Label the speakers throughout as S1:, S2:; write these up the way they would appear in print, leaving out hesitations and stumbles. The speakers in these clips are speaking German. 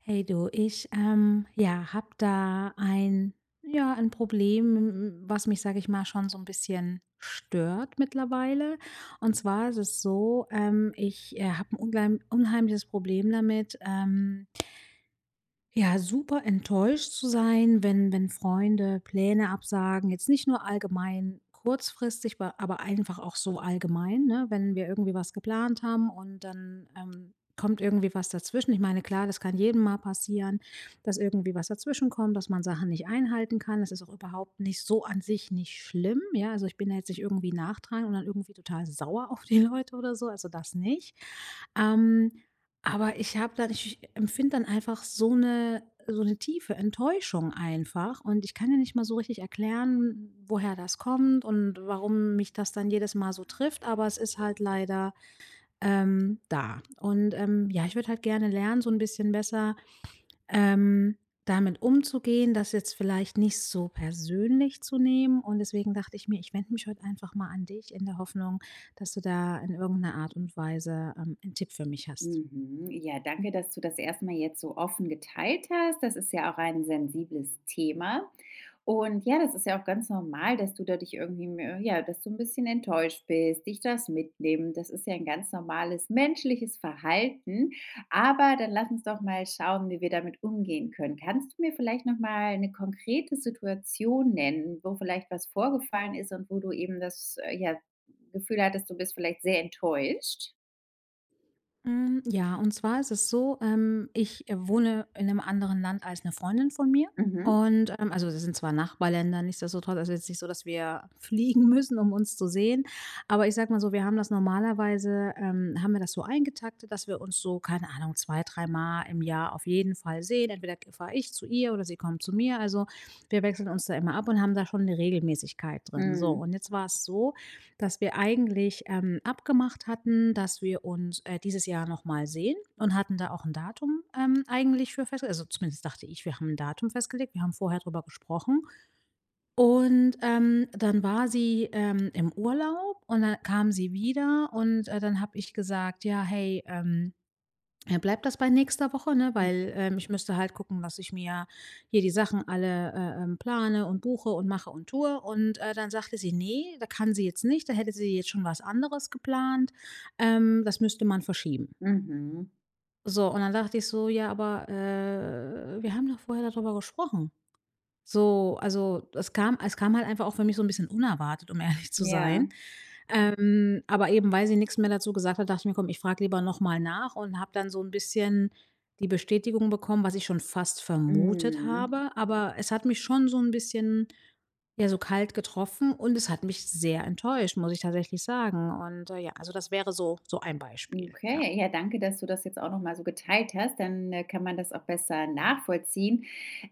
S1: Hey du, ich, ja, habe da ein ja, ein Problem, was mich, sage ich mal, schon so ein bisschen stört mittlerweile. Und zwar ist es so, ich, habe ein unglei unheimliches Problem damit, ja, super enttäuscht zu sein, wenn Freunde Pläne absagen, jetzt nicht nur allgemein kurzfristig, ba aber einfach auch so allgemein, ne? Wenn wir irgendwie was geplant haben und dann, kommt irgendwie was dazwischen. Ich meine, klar, das kann jedem mal passieren, dass irgendwie was dazwischenkommt, dass man Sachen nicht einhalten kann. Das ist auch überhaupt nicht so an sich nicht schlimm, ja? Also, ich bin da jetzt nicht irgendwie nachtragend und dann irgendwie total sauer auf die Leute oder so, also das nicht. Ähm, aber ich empfinde dann einfach so eine tiefe Enttäuschung einfach und ich kann ja nicht mal so richtig erklären, woher das kommt und warum mich das dann jedes Mal so trifft, aber es ist halt leider, da. Und, ja, ich würde halt gerne lernen, so ein bisschen besser, ähm, damit umzugehen, das jetzt vielleicht nicht so persönlich zu nehmen, und deswegen dachte ich mir, ich wende mich heute einfach mal an dich in der Hoffnung, dass du da in irgendeiner Art und Weise, 'n Tipp für mich hast.
S2: Mhm. Ja, danke, dass du das erstmal jetzt so offen geteilt hast. Das ist ja auch ein sensibles Thema. Und ja, das ist ja auch ganz normal, dass du da dich irgendwie, ja, dass du ein bisschen enttäuscht bist, dich das mitnehmen. Das ist ja ein ganz normales menschliches Verhalten. Aber dann lass uns doch mal schauen, wie wir damit umgehen können. Kannst du mir vielleicht nochmal eine konkrete Situation nennen, wo vielleicht was vorgefallen ist und wo du eben das, ja, Gefühl hattest, du bist vielleicht sehr enttäuscht?
S1: Hm, ja, und zwar ist es so, ich, wohne in einem anderen Land als eine Freundin von mir,
S2: Mhm.
S1: und, also, das sind zwar Nachbarländer, nichtsdestotrotz also, jetzt nicht so, dass wir fliegen müssen, um uns zu sehen. Aber ich sag mal so, wir haben das normalerweise haben wir das so eingetaktet, dass wir uns so, keine Ahnung, 2, dreimal im Jahr auf jeden Fall sehen. Entweder fahre ich zu ihr oder sie kommt zu mir. Also, wir wechseln uns da immer ab und haben da schon eine Regelmäßigkeit drin. So,
S2: Mhm.
S1: und jetzt war es so, dass wir eigentlich, abgemacht hatten, dass wir uns, dieses Jahr noch mal sehen, und hatten da auch ein Datum, eigentlich für festge also, zumindest dachte ich, wir haben ein Datum festgelegt. Wir haben vorher drüber gesprochen und, dann war sie, im Urlaub und dann kam sie wieder, und, dann habe ich gesagt: „Ja, hey, ja, bleibt das bei nächster Woche, ne?
S2: Hm,
S1: Weil, ich müsste halt gucken, dass ich mir hier die Sachen alle, plane und buche und mache und tue. Und, dann sagte sie: nee, da kann sie jetzt nicht, da hätte sie jetzt schon was anderes geplant. Das müsste man verschieben.“
S2: mhm.
S1: So, und dann dachte ich so: „Ja, aber, wir haben doch vorher darüber gesprochen.“ So, also, es kam halt einfach auch für mich so ein bisschen unerwartet, um ehrlich zu sein.
S2: Ja,
S1: Aber eben, weil sie nichts mehr dazu gesagt hat, dachte ich mir: „Komm, ich frage lieber noch mal nach“, und habe dann so ein bisschen die Bestätigung bekommen, was ich schon fast vermutet
S2: mhm.
S1: habe. Aber es hat mich schon so ein bisschen, ja, so kalt getroffen und es hat mich sehr enttäuscht, muss ich tatsächlich sagen. Und, ja, also das wäre so so ein Beispiel. Ja,
S2: Okay, ja, danke, dass du das jetzt auch noch mal so geteilt hast. Dann, kann man das auch besser nachvollziehen.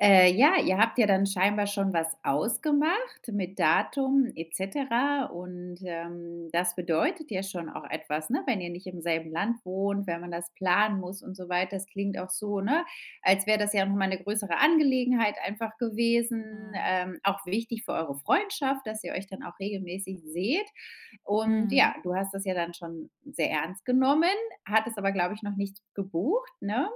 S2: Ja, ihr habt ja dann scheinbar schon was ausgemacht mit Datum et cetera und, das bedeutet ja schon auch etwas, ne, wenn ihr nicht im selben Land wohnt, wenn man das planen muss und so weiter. Das klingt auch so, ne, als wäre das ja noch mal 'ne größere Angelegenheit einfach gewesen,
S1: genau.
S2: auch wichtig für eure Freundschaft, dass ihr euch dann auch regelmäßig seht. Und
S1: Mhm.
S2: ja, du hast das ja dann schon sehr ernst genommen, hattest aber, glaube ich, noch nicht gebucht, ne?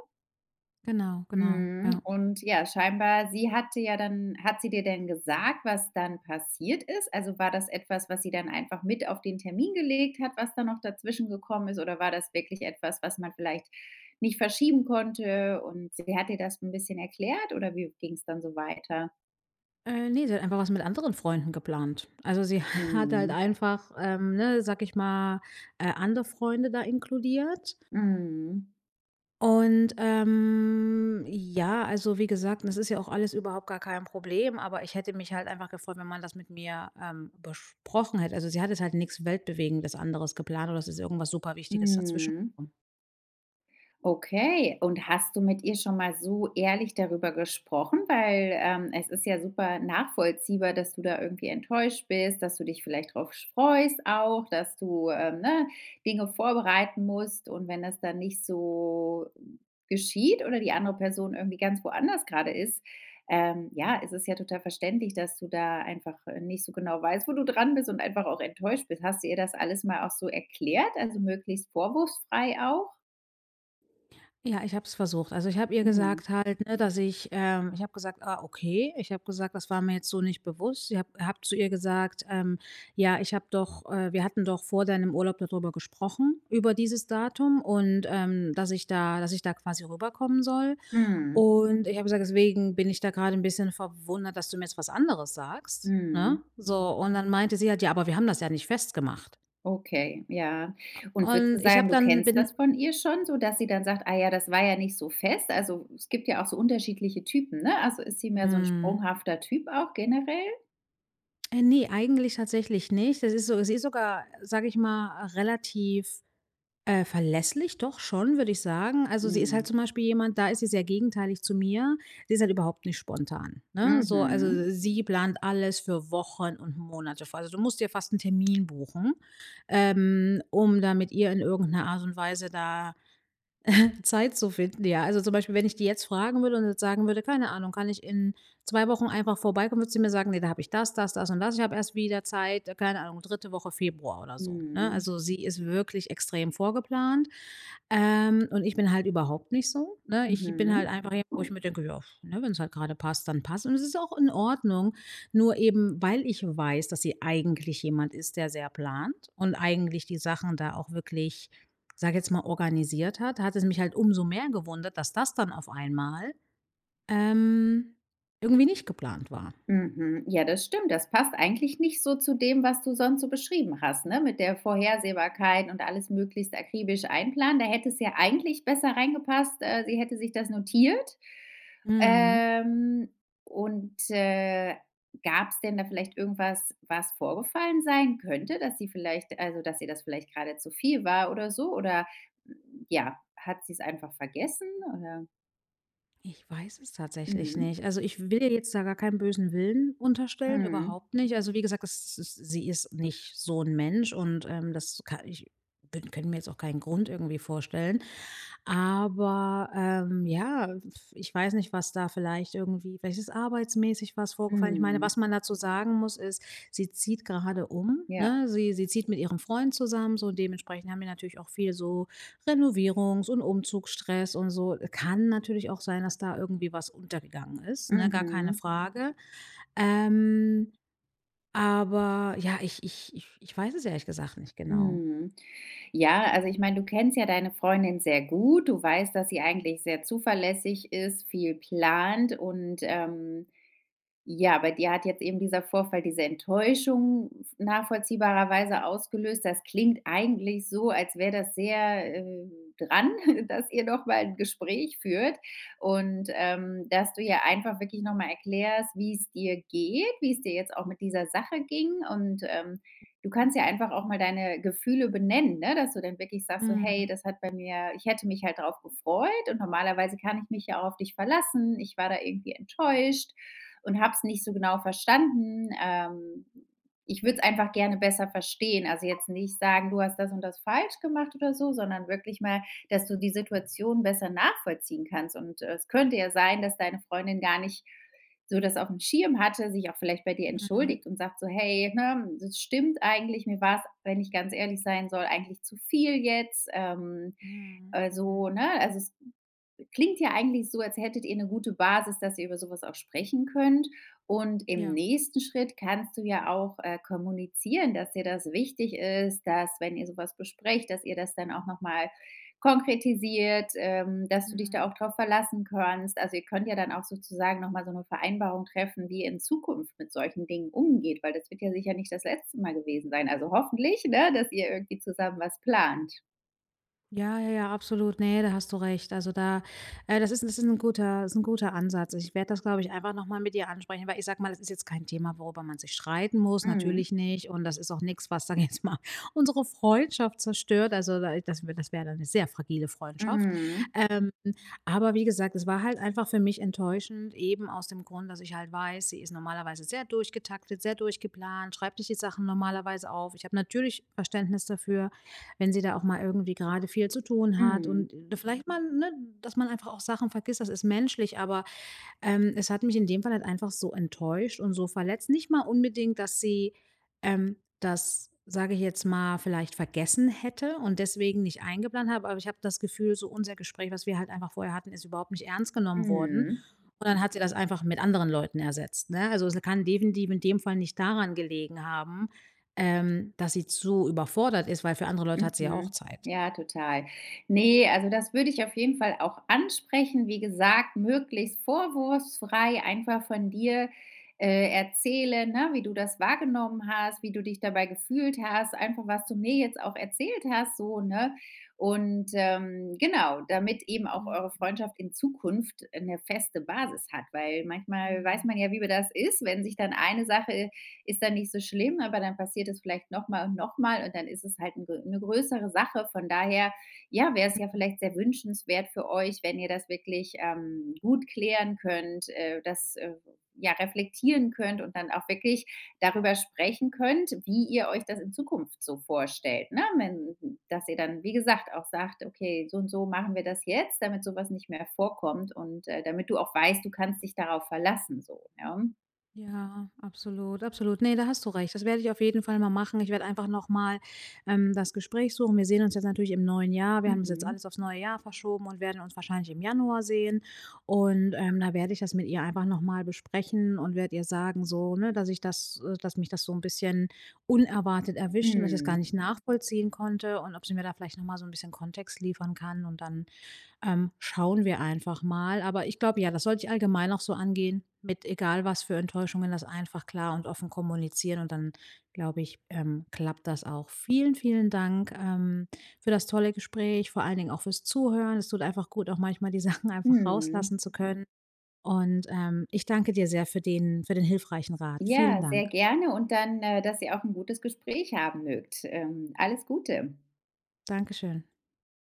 S1: Genau, genau,
S2: Mhm.
S1: ja.
S2: Und ja, scheinbar, sie hatte ja dann hat sie dir denn gesagt, was dann passiert ist? Also, war das etwas, was sie dann einfach mit auf den Termin gelegt hat, was da noch dazwischen gekommen ist? Oder war das wirklich etwas, was man vielleicht nicht verschieben konnte und sie hat dir das ein bisschen erklärt oder wie ging es dann so weiter?
S1: Ne, sie hat einfach was mit anderen Freunden geplant. Also sie hat halt
S2: Mhm.
S1: einfach, ne, sag ich mal, andere Freunde da inkludiert.
S2: Mhm.
S1: Und, ja, also, wie gesagt, das ist ja auch alles überhaupt gar kein Problem, aber ich hätte mich halt einfach gefreut, wenn man das mit mir, besprochen hätte. Also, sie hat jetzt halt nichts Weltbewegendes anderes geplant oder es ist irgendwas super Wichtiges
S2: Mhm.
S1: dazwischengekommen.
S2: Okay, und hast du mit ihr schon mal so ehrlich darüber gesprochen? Weil, es ist ja super nachvollziehbar, dass du da irgendwie enttäuscht bist, dass du dich vielleicht drauf freust auch, dass du, ne, Dinge vorbereiten musst und wenn das dann nicht so geschieht oder die andere Person irgendwie ganz woanders gerade ist, ja, ist es ist ja total verständlich, dass du da einfach, nicht so genau weißt, wo du dran bist und einfach auch enttäuscht bist. Hast du ihr das alles mal auch so erklärt, also möglichst vorwurfsfrei auch?
S1: Ja, ich habe es versucht. Also, ich habe ihr
S2: Mhm.
S1: gesagt halt, ne, dass ich ich habe gesagt: „Ah, okay.“ Ich habe gesagt: „Das war mir jetzt so nicht bewusst.“ Ich habe habe zu ihr gesagt, „Ja, ich habe doch wir hatten doch vor deinem Urlaub darüber gesprochen, über dieses Datum, und, dass ich da quasi rüberkommen soll.“
S2: Mhm.
S1: Und ich habe gesagt: „Deswegen bin ich da gerade ein bisschen verwundert, dass du mir jetzt was anderes sagst“,
S2: Mhm.
S1: ne? So, und dann meinte sie halt: „Ja, aber wir haben das ja nicht festgemacht.“
S2: Okay, ja. Und würdest
S1: Und
S2: du
S1: ich
S2: sagen,
S1: habe
S2: du
S1: dann
S2: kennst
S1: bin
S2: das von ihr schon, so dass sie dann sagt: „Ah ja, das war ja nicht so fest.“ Also, es gibt ja auch so unterschiedliche Typen, ne? Also, ist sie mehr so ein
S1: hm,
S2: sprunghafter Typ auch generell?
S1: ne, eigentlich tatsächlich nicht. Das ist so sie ist sogar, sage ich mal, relativ verlässlich doch schon, würde ich sagen. Also, sie ist halt
S2: Mhm.
S1: zum Beispiel jemand, da ist sie sehr gegenteilig zu mir. Sie ist halt überhaupt nicht spontan, ne? So, also,
S2: Mhm.
S1: sie plant alles für Wochen und Monate vor. Also, du musst dir fast einen Termin buchen, um da mit ihr in irgendeiner Art und Weise da Zeit zu finden, ja. Also, zum Beispiel, wenn ich die jetzt fragen würde und jetzt sagen würde: „Keine Ahnung, kann ich in 2 Wochen einfach vorbeikommen?“ Würde sie mir sagen: „Ne, da habe ich das, das, das und das. Ich habe erst wieder Zeit, keine Ahnung, dritte Woche Februar oder so“, ne?
S2: Mhm.
S1: Also, sie ist wirklich extrem vorgeplant. Und ich bin halt überhaupt nicht so, ne? Ich bin halt
S2: Mhm.
S1: einfach jemand, wo ich mir denke: „Ja, ne, wenn es halt gerade passt, dann passt.“ Und es ist auch in Ordnung, nur eben, weil ich weiß, dass sie eigentlich jemand ist, der sehr plant und eigentlich die Sachen da auch wirklich, sage jetzt mal, organisiert hat, hat es mich halt umso mehr gewundert, dass das dann auf einmal, ähm, irgendwie nicht geplant war.
S2: Mhm. Ja, das stimmt. Das passt eigentlich nicht so zu dem, was du sonst so beschrieben hast, ne? Mit der Vorhersehbarkeit und alles möglichst akribisch einplanen. Da hätte es ja eigentlich besser reingepasst. Sie hätte sich das notiert.
S1: Mhm.
S2: Ähm, und äh, Gab es denn da vielleicht irgendwas, was vorgefallen sein könnte, dass sie vielleicht also, dass ihr das vielleicht gerade zu viel war oder so? Oder, hm, ja, hat sie es einfach vergessen oder
S1: Ich weiß es tatsächlich
S2: mhm.
S1: nicht. Also, ich will ihr jetzt da gar keinen bösen Willen unterstellen,
S2: Mhm.
S1: überhaupt nicht. Also, wie gesagt, es ist sie ist nicht so ein Mensch, und, das kann ich bin könnte mir jetzt auch keinen Grund irgendwie vorstellen. Aber, ja, f ich weiß nicht, was da vielleicht irgendwie vielleicht ist arbeitsmäßig was vorgefallen. Ich meine,
S2: Mhm.
S1: was man dazu sagen muss, ist, sie zieht gerade um,
S2: Ja.
S1: ne? Sie zieht mit ihrem Freund zusammen, so dementsprechend haben wir natürlich auch viel so Renovierungs und Umzugsstress und so. Kann natürlich auch sein, dass da irgendwie was untergegangen ist, ne, gar keine
S2: Mhm.
S1: Frage. Ähm, aber ja, ich weiß es ehrlich gesagt nicht genau.
S2: Mhm. Ja, also ich meine, du kennst ja deine Freundin sehr gut. Du weißt, dass sie eigentlich sehr zuverlässig ist, viel plant und, ja, bei dir hat jetzt eben dieser Vorfall diese Enttäuschung nachvollziehbarerweise ausgelöst. Das klingt eigentlich so, als wäre das sehr, dran, dass ihr noch mal 'n Gespräch führt und, dass du ja einfach wirklich noch mal erklärst, wie es dir geht, wie es dir jetzt auch mit dieser Sache ging und, du
S1: Mhm.
S2: kannst ja einfach auch mal deine Gefühle benennen, ne, dass du dann wirklich sagst so: „Hey,
S1: Mhm.
S2: das hat bei mir ich hätte mich halt drauf gefreut und normalerweise kann ich mich ja auch auf dich verlassen. Ich war da irgendwie enttäuscht und habe es nicht so genau verstanden. Ich würde es einfach gerne besser verstehen. Also jetzt nicht sagen, du hast das und das falsch gemacht oder so, sondern wirklich mal, dass du die Situation besser nachvollziehen kannst. Und es könnte ja sein, dass deine Freundin gar nicht so das auf dem Schirm hatte, sich auch vielleicht bei dir
S1: Mhm.
S2: entschuldigt und sagt so, hey, ne, das stimmt eigentlich, mir war es, wenn ich ganz ehrlich sein soll, eigentlich zu viel jetzt.
S1: Mhm.
S2: So,
S1: Mhm.
S2: ne? Also es klingt ja eigentlich so, als hättet ihr eine gute Basis, dass ihr über sowas auch sprechen könnt. Und im
S1: Ja.
S2: nächsten Schritt kannst du ja auch, kommunizieren, dass dir das wichtig ist, dass, wenn ihr sowas besprecht, dass ihr das dann auch nochmal konkretisiert, dass du dich
S1: Mhm.
S2: da auch drauf verlassen kannst. Also, ihr könnt ja dann auch sozusagen nochmal so eine Vereinbarung treffen, wie ihr in Zukunft mit solchen Dingen umgeht, weil das wird ja sicher nicht das letzte Mal gewesen sein. Also, hoffentlich, ne, dass ihr irgendwie zusammen was plant.
S1: Ja, ja, ja, absolut. Ne, da hast du recht. Also da das ist ein guter Ansatz. Ich werde das, glaube ich, einfach noch mal mit ihr ansprechen, weil ich sage mal, es ist jetzt kein Thema, worüber man sich streiten muss,
S2: Mhm.
S1: natürlich nicht. Und das ist auch nichts, was, sage ich jetzt mal, unsere Freundschaft zerstört. Also da das wäre dann eine sehr fragile Freundschaft.
S2: Mhm.
S1: Ähm, aber wie gesagt, es war halt einfach für mich enttäuschend, eben aus dem Grund, dass ich halt weiß, sie ist normalerweise sehr durchgetaktet, sehr durchgeplant, schreibt sich die Sachen normalerweise auf. Ich habe natürlich Verständnis dafür, wenn sie da auch mal irgendwie gerade viel zu tun hat
S2: Mhm.
S1: und vielleicht mal, ne, dass man einfach auch Sachen vergisst, das ist menschlich, aber es hat mich in dem Fall halt einfach so enttäuscht und so verletzt. Nicht mal unbedingt, dass sie, das, sage ich jetzt mal, vielleicht vergessen hätte und deswegen nicht eingeplant habe, aber ich habe das Gefühl, so unser Gespräch, was wir halt einfach vorher hatten, ist überhaupt nicht ernst genommen worden.
S2: Mhm.
S1: Und dann hat sie das einfach mit anderen Leuten ersetzt. Ne? Also es kann definitiv in dem Fall nicht daran gelegen haben, dass sie zu überfordert ist, weil für andere Leute hat sie ja auch
S2: Mhm.
S1: Zeit.
S2: Ja, total. Ne, also das würde ich auf jeden Fall auch ansprechen. Wie gesagt, möglichst vorwurfsfrei einfach von dir, erzählen, ne, wie du das wahrgenommen hast, wie du dich dabei gefühlt hast, einfach was du mir jetzt auch erzählt hast, so, ne? Und, genau, damit eben auch eure
S1: Mhm,
S2: Freundschaft in Zukunft eine feste Basis hat, weil manchmal weiß
S1: mhm,
S2: man ja, wie das ist, wenn sich dann eine Sache ist dann nicht so schlimm, aber dann passiert es vielleicht noch mal und dann ist es halt 'n grö 'ne größere Sache. Von daher, ja, wäre es ja
S1: mhm.
S2: vielleicht sehr wünschenswert für euch, wenn ihr das wirklich, gut klären könnt, ja, reflektieren könnt und dann auch wirklich darüber sprechen könnt, wie ihr euch das in Zukunft so vorstellt, ne? Wenn dass ihr dann, wie gesagt, auch sagt: „Okay, so und so machen wir das jetzt, damit sowas nicht mehr vorkommt und, damit du auch weißt, du kannst dich darauf verlassen“, so, ja?
S1: Ja, absolut, absolut. Ne, da hast du recht. Das werde ich auf jeden Fall mal machen. Ich werde einfach noch mal, das Gespräch suchen. Wir sehen uns jetzt natürlich im neuen Jahr. Wir haben das jetzt
S2: Mhm.
S1: alles aufs neue Jahr verschoben und werden uns wahrscheinlich im Januar sehen. Und, da werde ich das mit ihr einfach noch mal besprechen und werde ihr sagen so, ne, dass ich das dass mich das so ein bisschen unerwartet erwischt und dass ich es gar
S2: Mhm.
S1: nicht nachvollziehen konnte und ob sie mir da vielleicht noch mal so ein bisschen Kontext liefern kann, und dann schauen wir einfach mal. Aber ich glaube, ja, das sollte ich allgemein auch so angehen, mit egal was für Enttäuschungen, das einfach klar und offen kommunizieren. Und dann, glaube ich, klappt das auch. Vielen, vielen Dank für das tolle Gespräch, vor allen Dingen auch fürs Zuhören. Es tut einfach gut, auch manchmal die Sachen einfach rauslassen
S2: Mhm.
S1: zu können. Und ich danke dir sehr für den hilfreichen Rat. Vielen
S2: Ja, sehr
S1: Dank.
S2: gerne und dann, dass ihr auch ein gutes Gespräch haben mögt. Alles Gute.
S1: Dankeschön.